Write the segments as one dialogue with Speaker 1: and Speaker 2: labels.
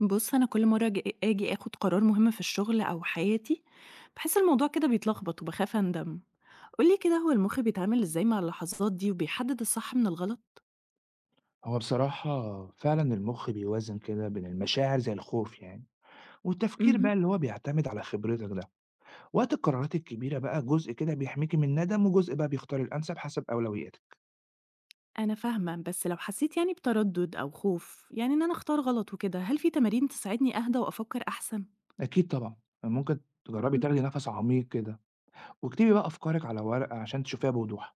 Speaker 1: بُص، أنا كل مرة آجي آخد قرار مهم في الشغل أو حياتي، باحس الموضوع كده بيتلخبط وباخاف أندم. قُل لي كده هو المخ بيتعامل إزاي مع اللحظات دي وبيحدد الصح من الغلط؟
Speaker 2: هو بصراحة فعلًا المُخ بيوازن كده بين المشاعر زي الخوف يعني، والتفكير بقى
Speaker 1: اهم.
Speaker 2: اللي هو بيعتمد على خبرتك ده، وقت القرارات الكبيرة بقى جزء كده بيحميكِ من الندم، وجزء بقى بيختار الأنسب حسب أولوياتِك،
Speaker 1: أنا فاهمة، بس لو حسيت يعني بتردد أو خوف، يعني إن أنا أختار غلط وكده، هل في تمارين تساعدني أهدى وأفكر أحسن؟
Speaker 2: أكيد طبعًا، ممكن تجرّبي
Speaker 1: اهم.
Speaker 2: تاخدي نَفَس عميق كده، واكتبي بقى أفكارِك على ورقة عشان تشوفيها بوضوح،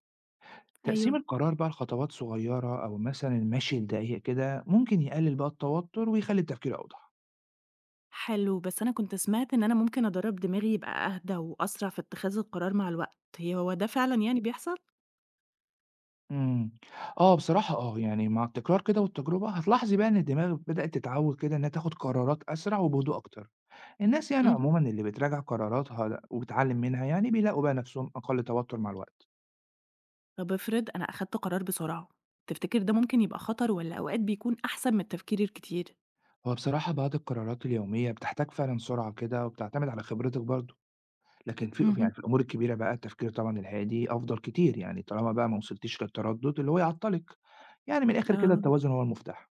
Speaker 2: تقسيم
Speaker 1: أيوه،
Speaker 2: القرار بقى لخطوات صغيرة أو مثلًا المشي لدقايق كده ممكن يقلل بقى التوتر ويخلّي التفكير أوضح.
Speaker 1: حلو، بس أنا كنت سمعت إن أنا ممكن أدرب دماغي يبقى أهدى وأسرع في اتخاذ القرار مع الوقت، هو ده فعلًا يعني بيحصل؟
Speaker 2: إمم. آه، بصراحة آه، يعني مع التكرار كده والتجربة هتلاحظي بقى إن الدماغ بدأت تتعود كده إنها تاخد قرارات أسرع وبهدوء أكتر. الناس يعني
Speaker 1: اهم.
Speaker 2: عمومًا اللي بتراجع قراراتها د وبتتعلم منها يعني بيلاقوا بقى نفسهم أقل توتر مع الوقت.
Speaker 1: طب افرض أنا أخدت قرار بسرعة، تفتكر ده ممكن يبقى خطر والّا أوقات بيكون أحسن من التفكير الكتير؟
Speaker 2: هو بصراحة بعض القرارات اليومية بتحتاج فعلًا سرعة كده وبتعتمد على خبرتِك برضه، لكن في يعني
Speaker 1: اهم.
Speaker 2: في الأمور الكبيرة بقى التفكير طبعًا الهادي أفضل كتير يعني طالما بقى ما وصلتيش للتردد اللي هو يعطّلِك، يعني من الآخر كده
Speaker 1: آه،
Speaker 2: التوازن هو المفتاح.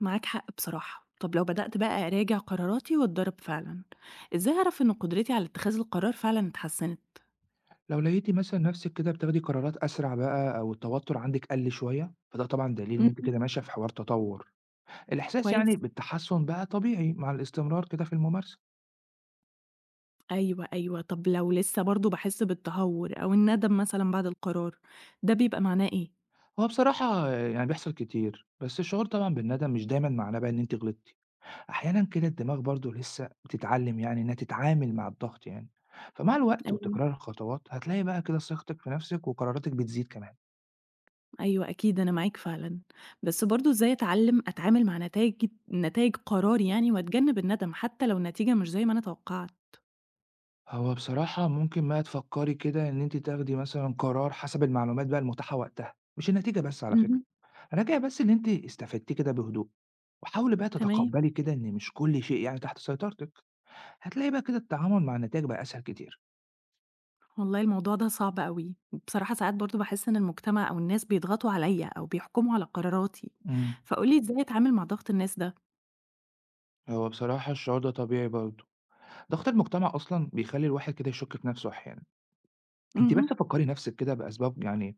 Speaker 1: معاك حق بصراحة. طب لو بدأت بقى أراجع قراراتي وأتدرب فعلًا، إزاي أعرف إن قدرتي على اتخاذ القرار فعلًا اتحسنت؟
Speaker 2: لو لقيتِ مثلًا نفسِك كده بتاخدي قرارات أسرع بقى أو التوتر عندِك قَل شوية، فده طبعًا دليل إن أنتِ
Speaker 1: اهم.
Speaker 2: كده ماشية في حوار تطور. الإحساس يعني
Speaker 1: كويس،
Speaker 2: بالتحسّن بقى طبيعي مع الاستمرار كده في الممارسة.
Speaker 1: أيوه، أيوه. طب لو لسه برضه باحس بالتهور أو الندم مثلًا بعد القرار، ده بيبقى معناه إيه؟
Speaker 2: هو بصراحة يعني بيحصل كتير، بس الشعور طبعًا بالندم مش دايمًا معناه بقى إن أنتِ غلطتِ، أحيانًا كده الدماغ برضه لسه بتتعلم يعني إنها تتعامل مع الضغط يعني. فمع الوقت
Speaker 1: أيوه.
Speaker 2: وتكرار الخطوات هتلاقي بقى كده ثقتِك في نفسِك وقراراتِك بتزيد كمان.
Speaker 1: أيوه أكيد، أنا معاك فعلًا، بس برضه إزاي أتعلّم أتعامل مع نتايج قراري يعني وأتجنب الندم حتى لو النتيجة مش زي ما أنا توقعت؟
Speaker 2: هو بصراحة ممكن بقى تفكّري كده إن أنتِ تاخدي مثلًا قرار حسب المعلومات بقى المتاحة وقتها، مش النتيجة بس على فكرة،
Speaker 1: اهم.
Speaker 2: راجعي بس اللي أنتِ استفدتيه كده بهدوء، وحاولي بقى
Speaker 1: تمام.
Speaker 2: تتقبّلي كده إن مش كل شيء يعني تحت سيطرتِك، هتلاقي بقى كده التعامل مع النتايج بقى أسهل كتير.
Speaker 1: والله الموضوع ده صعب أوي، وبصراحة ساعات برضه باحس إن المجتمع أو الناس بيضغطوا عليَّ أو بيحكموا على قراراتي،
Speaker 2: إمم.
Speaker 1: فقُل لي إزاي أتعامل مع ضغط الناس ده؟
Speaker 2: هو بصراحة الشعور ده طبيعي برضه، ضغط المجتمع أصلًا بيخلّي الواحد كده يشُك في نَفْسه أحيانًا، أنتِ بس
Speaker 1: اهم.
Speaker 2: فكّري نَفْسِك كده بأسباب يعني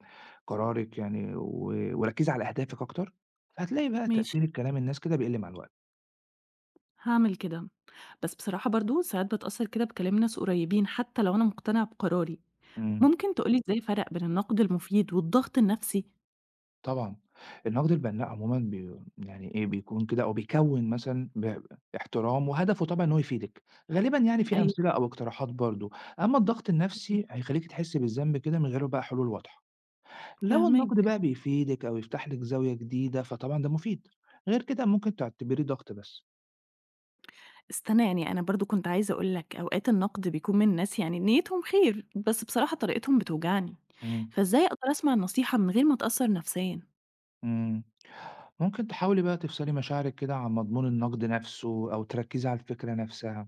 Speaker 2: قرارِك يعني و وركّزي على أهدافِك أكتر، هتلاقي بقى
Speaker 1: ماشي،
Speaker 2: تأثير الكلام الناس كده بيقِل مع الوقت.
Speaker 1: هاعمل كده، بس بصراحة برضه ساعات باتأثّر كده بكلام ناس قريبين حتى لو أنا مقتنعة بقراري،
Speaker 2: إمم.
Speaker 1: ممكن تقول لي إزاي أفرّق بين النقد المفيد والضغط النفسي؟
Speaker 2: طبعًا. النقد البناء عمومًا بي يعني إيه، بيكون كده أو بيكوِّن مثلًا احترام وهدفه طبعًا إن هو يفيدِك، غالبًا يعني في
Speaker 1: أيوه،
Speaker 2: أمثلة أو اقتراحات برضه. أمّا الضغط النفسي هيخلّيكِ تحسّي بالذنب كده من غير بقى حلول واضحة. لو النقد
Speaker 1: فاهماك.
Speaker 2: بقى بيفيدِك أو يفتح لِك زاوية جديدة، فطبعًا ده مفيد، غير كده ممكن تعتبريه ضغط بس.
Speaker 1: استنى يعني أنا برضه كنت عايزة أقول لك أوقات النقد بيكون من ناس يعني نيتهم خير، بس بصراحة طريقتهم بتوجعني،
Speaker 2: إمم.
Speaker 1: فإزاي أقدر أسمع النصيحة من غير ما أتأثّر نفسيًا؟
Speaker 2: إمم. ممكن تحاولي بقى تفصلي مشاعرِك كده عن مضمون النقد نفسه أو تركّزي على الفكرة نفسها.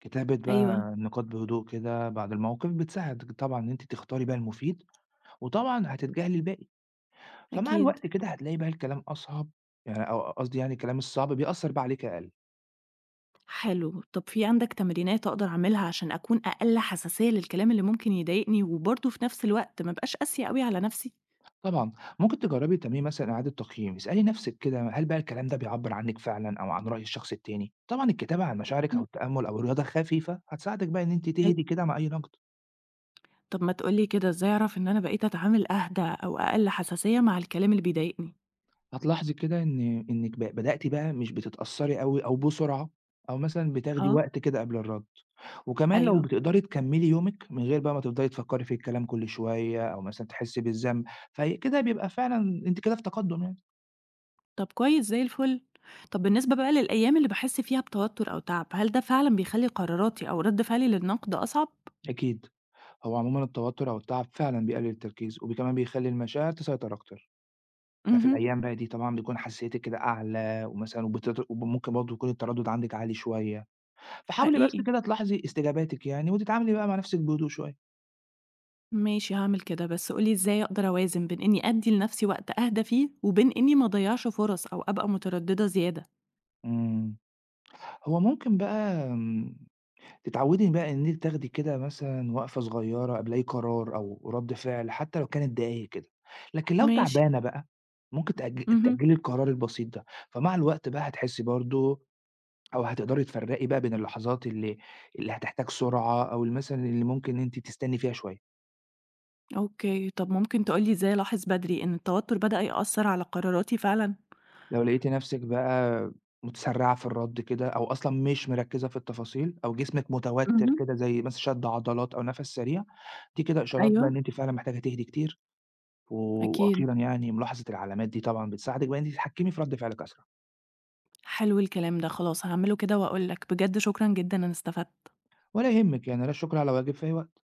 Speaker 2: كتابة
Speaker 1: أيوه،
Speaker 2: بقى النقاط بهدوء كده بعد الموقف بتساعدِك طبعًا إن أنتِ تختاري بقى المفيد، وطبعًا هتتجاهلي الباقي. فمع
Speaker 1: أكيد.
Speaker 2: الوقت كده هتلاقي بقى الكلام أصعب يعني أو قصدي يعني الكلام الصعب بيأثّر بقى عليكِ أقل.
Speaker 1: حلو، طب في عندك تمرينات أقدر أعملها عشان أكون أقل حساسية للكلام اللي ممكن يضايقني، وبرضه في نفس الوقت ما ابقاش قاسية أوي على نفسي؟
Speaker 2: طبعًا ممكن تجرّبي تعملي مثلًا إعادة تقييم، اسألي نفسِك كده هل بقى الكلام ده بيعبّر عنِّك فعلًا أو عن رأي الشخص التاني؟ طبعًا الكتابة عن مشاعرِك أو
Speaker 1: إمم،
Speaker 2: التأمُّل أو الرياضة خفيفة هتساعدِك بقى إن أنتِ
Speaker 1: أيوه.
Speaker 2: تهدي كده مع أي نقد.
Speaker 1: طب ما تقول لي كده إزاي أعرف إن أنا بقيت أتعامل أهدى أو أقل حساسية مع الكلام اللي بيضايقني؟
Speaker 2: هتلاحظي كده إن إنِّك بدأتِ بقى مش بتتأثّري أوي أو بسرعة، أو مثلًا بتاخدي
Speaker 1: آه،
Speaker 2: وقت كده قبل الرَّد، وكمان لو
Speaker 1: أيوه.
Speaker 2: بتقدري تكمّلي يومِك من غير بقى ما تفضلي تفكّري في الكلام كل شوية أو مثلًا تحسّي بالذنب، فهي كده بيبقى فعلًا أنتِ كده في تقدُّم يعني
Speaker 1: طب كويس زي الفل. طب بالنسبة بقى للأيام اللي باحس فيها بتوتر أو تعب، هل ده فعلًا بيخلّي قراراتي أو رد فعلي للنقد أصعب؟
Speaker 2: أكيد. هو عمومًا التوتُّر أو التَعَب فعلًا بيقلِّل التركيز وكمان بيخلّي المشاعر تسيطر أكتر، ففي
Speaker 1: اهم.
Speaker 2: الأيام بقى دي طبعًا بيكون حساسيتِك كده أعلى ومثلًا وممكن برضه يكون التردُّد عندِك عالي شوية، فحاولي بس
Speaker 1: حقيقي،
Speaker 2: كده تلاحظي استجاباتِك يعني وتتعاملي بقى مع نَفْسِك بهدوء شوية.
Speaker 1: ماشي هاعمل كده، بس قُل لي إزاي أقدر أوازن بين إني أدّي لنفسي وقت أهدى فيه، وبين إني ما أضيّعش فرص أو أبقى مترددة زيادة؟
Speaker 2: إمم، هو ممكن بقى تتعودي بقى إن أنتِ تاخدي كده مثلًا وقفة صغيرة قبل أي قرار أو رد فعل حتى لو كانت دقايق كده، لكن لو
Speaker 1: ماشي.
Speaker 2: تعبانة بقى ممكن
Speaker 1: اهم.
Speaker 2: تأجلي القرار البسيط ده، فمع الوقت بقى هتحسي برضه أو هتقدري تفرّقي بقى بين اللحظات اللي هتحتاج سرعة أو مثلًا اللي ممكن أنتِ تستني فيها شوية.
Speaker 1: أوكي، طب ممكن تقول لي إزاي ألاحظ بدري إن التوتر بدأ يأثّر على قراراتي فعلًا؟
Speaker 2: لو لقيتِ نفسِك بقى متسرعة في الرد كده، أو أصلًا مش مركزة في التفاصيل، أو جسمِك متوتر
Speaker 1: اهم،
Speaker 2: كده زي مثلًا شد عضلات أو نفس سريع، دي كده إشارات بقى
Speaker 1: أيوه،
Speaker 2: إن أنتِ فعلًا محتاجة تهدي كتير،
Speaker 1: أكيد،
Speaker 2: وأخيرًا يعني ملاحظة العلامات دي طبعًا بتساعدِك بقى إن أنتِ تتحكمي في رد فعلِك أسرع،
Speaker 1: حلو الكلام ده، خلاص هاعمله كده وأقول لك، بجد شكرًا جدًا أنا استفدت.
Speaker 2: ولا يهمِك يعني لا الشكر على واجب، في أي وقت.